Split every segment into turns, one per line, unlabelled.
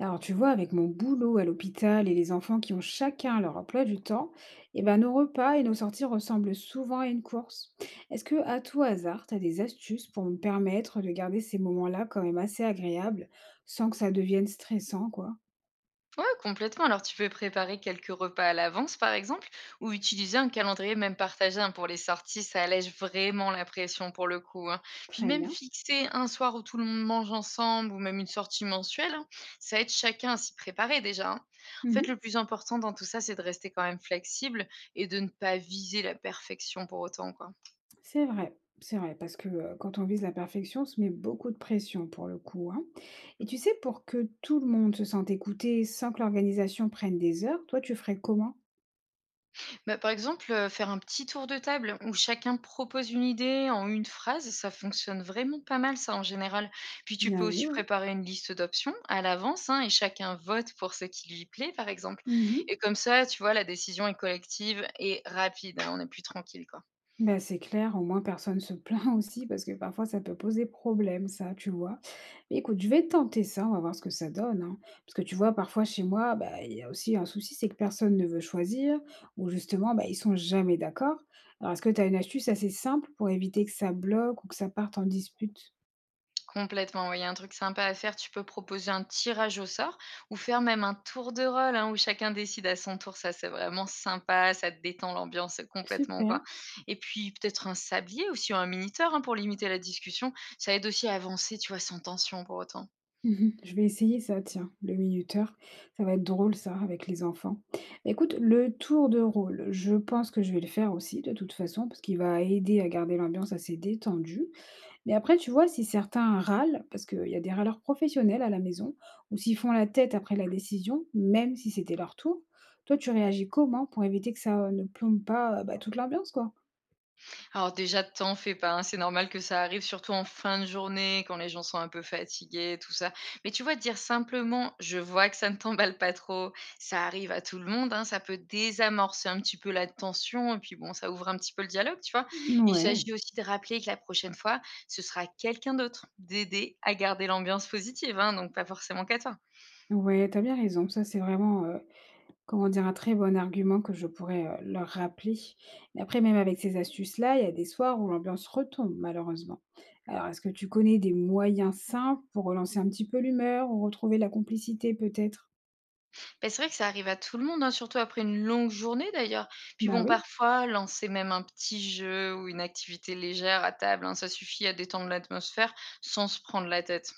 Alors, tu vois, avec mon boulot à l'hôpital et les enfants qui ont chacun leur emploi du temps, eh ben, nos repas et nos sorties ressemblent souvent à une course. Est-ce que, à tout hasard, tu as des astuces pour me permettre de garder ces moments-là quand même assez agréables, sans que ça devienne stressant, quoi?
Ouais, complètement. Alors, tu peux préparer quelques repas à l'avance, par exemple, ou utiliser un calendrier même partagé hein, pour les sorties. Ça allège vraiment la pression pour le coup. Hein. Puis
Très
même
bien.
fixer un soir où tout le monde mange ensemble, ou même une sortie mensuelle, hein, ça aide chacun à s'y préparer déjà. Hein. En fait,
Mhm.
le plus important dans tout ça, c'est de rester quand même flexible et de ne pas viser la perfection pour autant, quoi.
C'est vrai, c'est vrai, parce que quand on vise la perfection, on se met beaucoup de pression pour le coup, hein. Et tu sais, pour que tout le monde se sente écouté sans que l'organisation prenne des heures, toi, tu ferais comment?
Bah, par exemple, faire un petit tour de table où chacun propose une idée en une phrase, ça fonctionne vraiment pas mal ça en général. Puis tu
Bien
peux
vu,
aussi
ouais.
préparer une liste d'options à l'avance, hein, et chacun vote pour ce qui lui plaît par exemple.
Mhm.
Et comme ça, tu vois, la décision est collective et rapide, hein, on est plus tranquille, quoi.
Ben c'est clair, au moins personne se plaint aussi parce que parfois ça peut poser problème, ça, tu vois. Mais écoute, je vais tenter ça, on va voir ce que ça donne, hein. Parce que tu vois, parfois chez moi, bah, il y a aussi un souci, c'est que personne ne veut choisir ou justement, bah, ils sont jamais d'accord. Alors, est-ce que tu as une astuce assez simple pour éviter que ça bloque ou que ça parte en dispute?
Complètement, oui, il y a un truc sympa à faire. Tu peux proposer un tirage au sort ou faire même un tour de rôle hein, où chacun décide à son tour. Ça, c'est vraiment sympa. Ça te détend l'ambiance complètement,
Super.
quoi. Et puis, peut-être un sablier aussi ou un minuteur hein, pour limiter la discussion. Ça aide aussi à avancer, tu vois, sans tension pour autant.
Mmh. Je vais essayer ça, tiens, le minuteur. Ça va être drôle ça, avec les enfants. Écoute, le tour de rôle, je pense que je vais le faire aussi de toute façon, parce qu'il va aider à garder l'ambiance assez détendue. Mais après, tu vois, si certains râlent, parce qu'il y a des râleurs professionnels à la maison, ou s'ils font la tête après la décision, même si c'était leur tour, toi, tu réagis comment pour éviter que ça, ne plombe pas, bah, toute l'ambiance, quoi?
Alors déjà, t'en fais pas, hein, c'est normal que ça arrive, surtout en fin de journée, quand les gens sont un peu fatigués, tout ça. Mais tu vois, dire simplement: «Je vois que ça ne t'emballe pas trop», ça arrive à tout le monde, hein, ça peut désamorcer un petit peu la tension et puis bon, ça ouvre un petit peu le dialogue, tu vois? Il
Ouais,
s'agit aussi de rappeler que la prochaine fois, ce sera quelqu'un d'autre, d'aider à garder l'ambiance positive, hein, donc pas forcément qu'à toi.
ouais, t'as bien raison. Ça, c'est vraiment, comment dire? Un très bon argument que je pourrais, leur rappeler. Mais après même avec ces astuces-là, il y a des soirs où l'ambiance retombe malheureusement. Alors est-ce que tu connais des moyens simples pour relancer un petit peu l'humeur ou retrouver la complicité peut-être?
Ben c'est vrai que ça arrive à tout le monde, hein, surtout après une longue journée d'ailleurs. Puis
Bah
bon,
oui.
parfois, lancer même un petit jeu ou une activité légère à table, hein, ça suffit à détendre l'atmosphère sans se prendre la tête.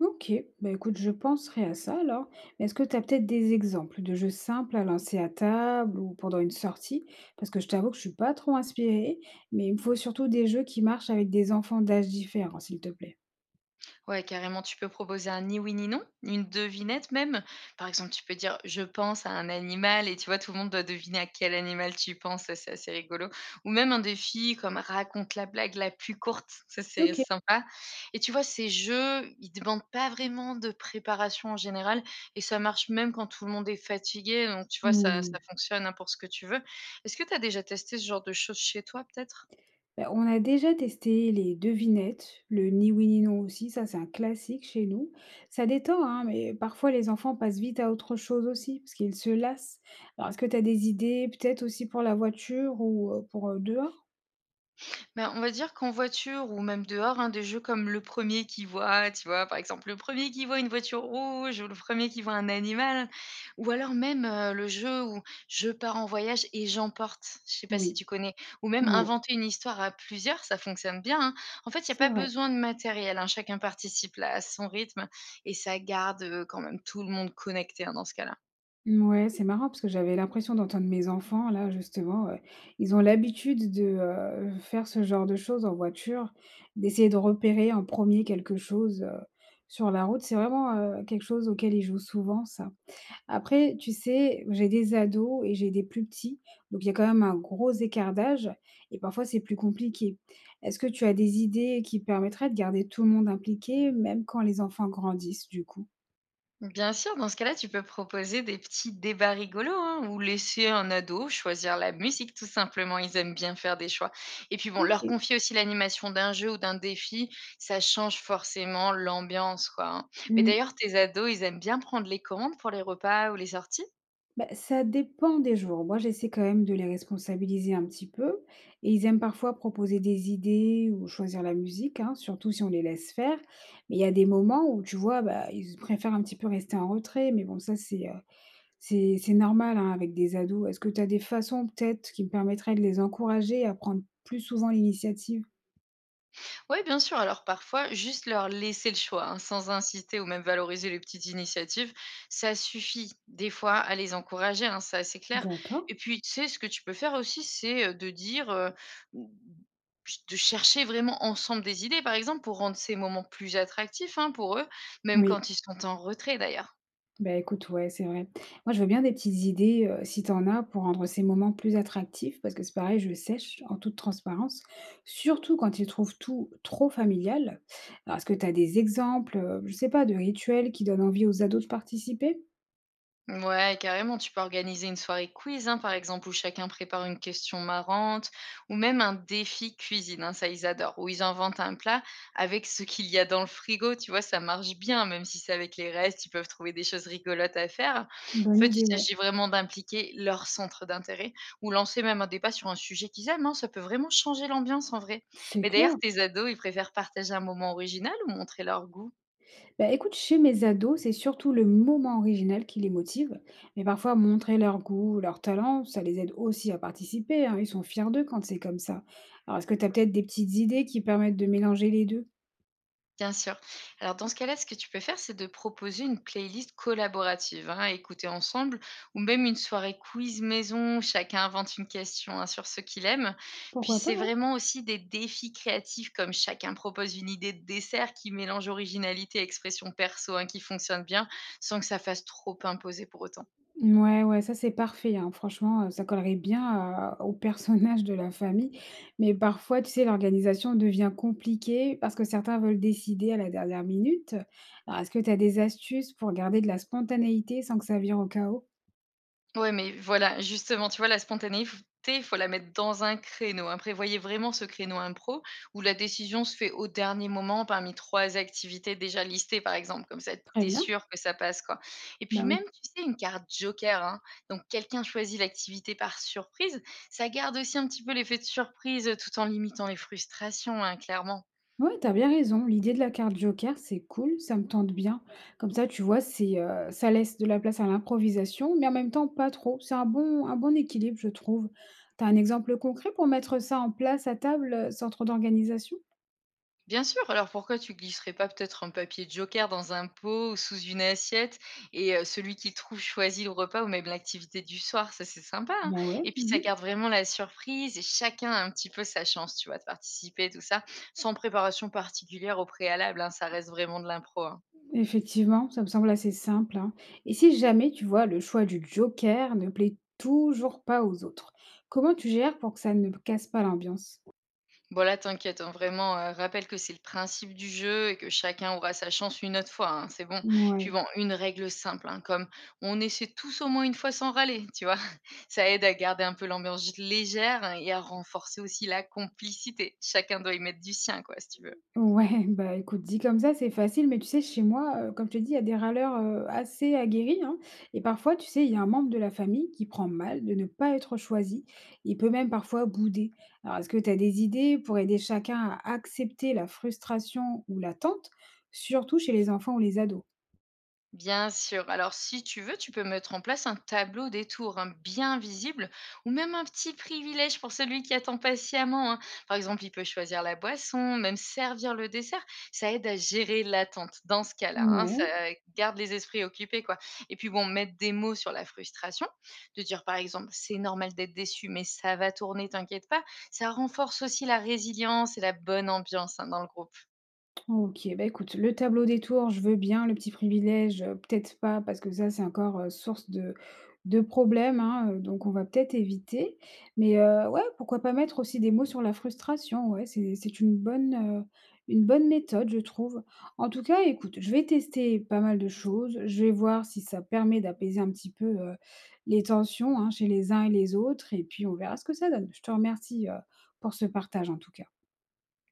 OK. Bah écoute, je penserai à ça alors. Mais est-ce que tu as peut-être des exemples de jeux simples à lancer à table ou pendant une sortie? Parce que je t'avoue que je suis pas trop inspirée, mais il me faut surtout des jeux qui marchent avec des enfants d'âges différents, s'il te plaît.
Ouais, carrément, tu peux proposer un ni oui ni non, une devinette même. Par exemple, tu peux dire je pense à un animal et tu vois, tout le monde doit deviner à quel animal tu penses, ça, c'est assez rigolo. Ou même un défi comme raconte la blague la plus courte, ça c'est
OK.
sympa. Et tu vois, ces jeux, ils demandent pas vraiment de préparation en général et ça marche même quand tout le monde est fatigué, donc tu vois, ça
Oui.
fonctionne hein, pour ce que tu veux. Est-ce que tu as déjà testé ce genre de choses chez toi peut-être?
Bah, on a déjà testé les devinettes, le ni oui ni non aussi, ça c'est un classique chez nous. Ça détend, hein, mais parfois les enfants passent vite à autre chose aussi, parce qu'ils se lassent. Alors est-ce que tu as des idées peut-être aussi pour la voiture ou pour dehors?
Bah, on va dire qu'en voiture ou même dehors, hein, des jeux comme le premier qui voit, tu vois? Par exemple, le premier qui voit une voiture rouge ou le premier qui voit un animal ou alors même, le jeu où je pars en voyage et j'emporte. Je sais pas si
Oui,
tu connais? Ou même
ouais,
inventer une histoire à plusieurs, ça fonctionne bien, hein. En fait, il y a
c'est
pas
vrai.
besoin de matériel, hein, chacun participe là à son rythme et ça garde, quand même tout le monde connecté, hein, dans ce cas-là.
Ouais, c'est marrant parce que j'avais l'impression d'entendre mes enfants, là, justement, ils ont l'habitude de faire ce genre de choses en voiture, d'essayer de repérer en premier quelque chose sur la route. C'est vraiment quelque chose auquel ils jouent souvent, ça. Après, tu sais, j'ai des ados et j'ai des plus petits, donc il y a quand même un gros écart d'âge et parfois c'est plus compliqué. Est-ce que tu as des idées qui permettraient de garder tout le monde impliqué, même quand les enfants grandissent, du coup?
Bien sûr, dans ce cas-là, tu peux proposer des petits débats rigolos hein, ou laisser un ado choisir la musique tout simplement. Ils aiment bien faire des choix. Et puis bon,
OK.
leur confier aussi l'animation d'un jeu ou d'un défi, ça change forcément l'ambiance. Quoi. Hein. Mais
Mm.
d'ailleurs, tes ados, ils aiment bien prendre les commandes pour les repas ou les sorties.
Bah, ça dépend des jours. Moi, j'essaie quand même de les responsabiliser un petit peu. Et ils aiment parfois proposer des idées ou choisir la musique, hein, surtout si on les laisse faire. Mais il y a des moments où, tu vois, bah, ils préfèrent un petit peu rester en retrait. Mais bon, ça, c'est c'est normal, hein, avec des ados. Est-ce que tu as des façons peut-être qui me permettraient de les encourager à prendre plus souvent l'initiative?
Oui, bien sûr. Alors parfois, juste leur laisser le choix, hein, sans insister ou même valoriser les petites initiatives, ça suffit des fois à les encourager, hein, ça c'est clair.
D'accord.
Et puis, tu sais, ce que tu peux faire aussi, c'est de dire, ou- de chercher vraiment ensemble des idées, par exemple, pour rendre ces moments plus attractifs hein, pour eux, même
Oui.
quand ils sont en retrait d'ailleurs.
Bah, écoute, ouais, c'est vrai. Moi, je veux bien des petites idées, si tu en as, pour rendre ces moments plus attractifs, parce que c'est pareil, je sèche en toute transparence, surtout quand ils trouvent tout trop familial. Alors, est-ce que tu as des exemples, je sais pas, de rituels qui donnent envie aux ados de participer?
Ouais, carrément, tu peux organiser une soirée quiz, hein, par exemple, où chacun prépare une question marrante, ou même un défi cuisine, hein, ça ils adorent, où ils inventent un plat avec ce qu'il y a dans le frigo, tu vois, ça marche bien, même si c'est avec les restes, ils peuvent trouver des choses rigolotes à faire. En
Bonne
fait, il
idée, ouais.
s'agit vraiment d'impliquer leur centre d'intérêt, ou lancer même un débat sur un sujet qu'ils aiment, hein, ça peut vraiment changer l'ambiance en vrai.
C'est
Mais
clair.
d'ailleurs, tes ados, ils préfèrent partager un moment original ou montrer leur goût?
Bah, écoute, chez mes ados, c'est surtout le moment original qui les motive. Mais parfois, montrer leur goût, leur talent, ça les aide aussi à participer, hein. Ils sont fiers d'eux quand c'est comme ça. Alors, est-ce que tu as peut-être des petites idées qui permettent de mélanger les deux?
Bien sûr. Alors dans ce cas-là, ce que tu peux faire, c'est de proposer une playlist collaborative, hein, à écouter ensemble, ou même une soirée quiz maison, où chacun invente une question hein, sur ce qu'il aime. Puis
Pourquoi pas,
c'est
ouais.
vraiment aussi des défis créatifs, comme chacun propose une idée de dessert qui mélange originalité et expression perso, hein, qui fonctionne bien, sans que ça fasse trop imposer pour autant.
Ouais, ouais, ça c'est parfait, hein. Franchement, ça collerait bien à- au personnage de la famille. Mais parfois, tu sais, l'organisation devient compliquée parce que certains veulent décider à la dernière minute. Alors, est-ce que tu as des astuces pour garder de la spontanéité sans que ça vire au chaos?
Ouais, mais voilà, justement, tu vois, la spontanéité, il faut la mettre dans un créneau, hein. Prévoyez vraiment ce créneau impro où la décision se fait au dernier moment parmi 3 activités déjà listées, par exemple. Comme ça,
Très
tu es
bien.
sûr que ça passe, quoi. Et
Bah
puis
oui.
même, tu sais, une carte joker, hein, donc quelqu'un choisit l'activité par surprise, ça garde aussi un petit peu l'effet de surprise, tout en limitant les frustrations, hein, clairement.
Ouais, t'as bien raison. L'idée de la carte joker, c'est cool, ça me tente bien. Comme ça, tu vois, c'est, ça laisse de la place à l'improvisation, mais en même temps pas trop. C'est un bon équilibre, je trouve. T'as un exemple concret pour mettre ça en place à table, sans trop d'organisation?
Bien sûr, alors pourquoi tu glisserais pas peut-être un papier joker dans un pot ou sous une assiette et celui qui trouve choisit le repas ou même l'activité du soir, ça c'est sympa, hein?
Ben ouais,
Et puis
mmh.
ça garde vraiment la surprise et chacun a un petit peu sa chance, tu vois, de participer tout ça, sans préparation particulière au préalable, hein, ça reste vraiment de l'impro, hein.
Effectivement, ça me semble assez simple, hein. Et si jamais, tu vois, le choix du joker ne plaît toujours pas aux autres, comment tu gères pour que ça ne casse pas l'ambiance?
Bon là, t'inquiète, hein, vraiment, rappelle que c'est le principe du jeu et que chacun aura sa chance une autre fois, hein, c'est bon. Puis
Ouais.
bon, une règle simple, hein, comme: «On essaie tous au moins une fois sans râler», tu vois? Ça aide à garder un peu l'ambiance légère hein, et à renforcer aussi la complicité. Chacun doit y mettre du sien quoi, si tu veux.
Ouais, bah, écoute, dit comme ça, c'est facile, mais tu sais, chez moi, comme je te dis, il y a des râleurs, assez aguerris, hein, et parfois, tu sais, il y a un membre de la famille qui prend mal de ne pas être choisi. Il peut même parfois bouder. Alors, est-ce que tu as des idées pour aider chacun à accepter la frustration ou l'attente, surtout chez les enfants ou les ados?
Bien sûr. Alors, si tu veux, tu peux mettre en place un tableau des tours hein, bien visible ou même un petit privilège pour celui qui attend patiemment. Hein. Par exemple, il peut choisir la boisson, même servir le dessert. Ça aide à gérer l'attente dans ce cas-là. Hein, Ça
Ouais.
garde les esprits occupés. Quoi. Et puis, bon, mettre des mots sur la frustration, de dire par exemple, c'est normal d'être déçu, mais ça va tourner, t'inquiète pas. Ça renforce aussi la résilience et la bonne ambiance hein, dans le groupe.
OK, bah, écoute, le tableau des tours, je veux bien, le petit privilège, peut-être pas parce que ça, c'est encore, source de problèmes, hein, donc on va peut-être éviter. Mais, ouais, pourquoi pas mettre aussi des mots sur la frustration, ouais, c'est une bonne méthode, je trouve. En tout cas, écoute, je vais tester pas mal de choses, je vais voir si ça permet d'apaiser un petit peu, les tensions, hein, chez les uns et les autres et puis on verra ce que ça donne. Je te remercie, pour ce partage, en tout cas.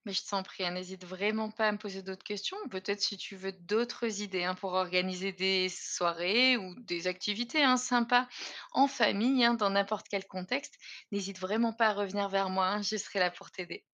Mais je t'en prie, hein, n'hésite vraiment pas à me poser d'autres questions. Peut-être si tu veux d'autres idées hein, pour organiser des soirées ou des activités hein, sympas en famille, hein, dans n'importe quel contexte, n'hésite vraiment pas à revenir vers moi. Hein, je serai là pour t'aider.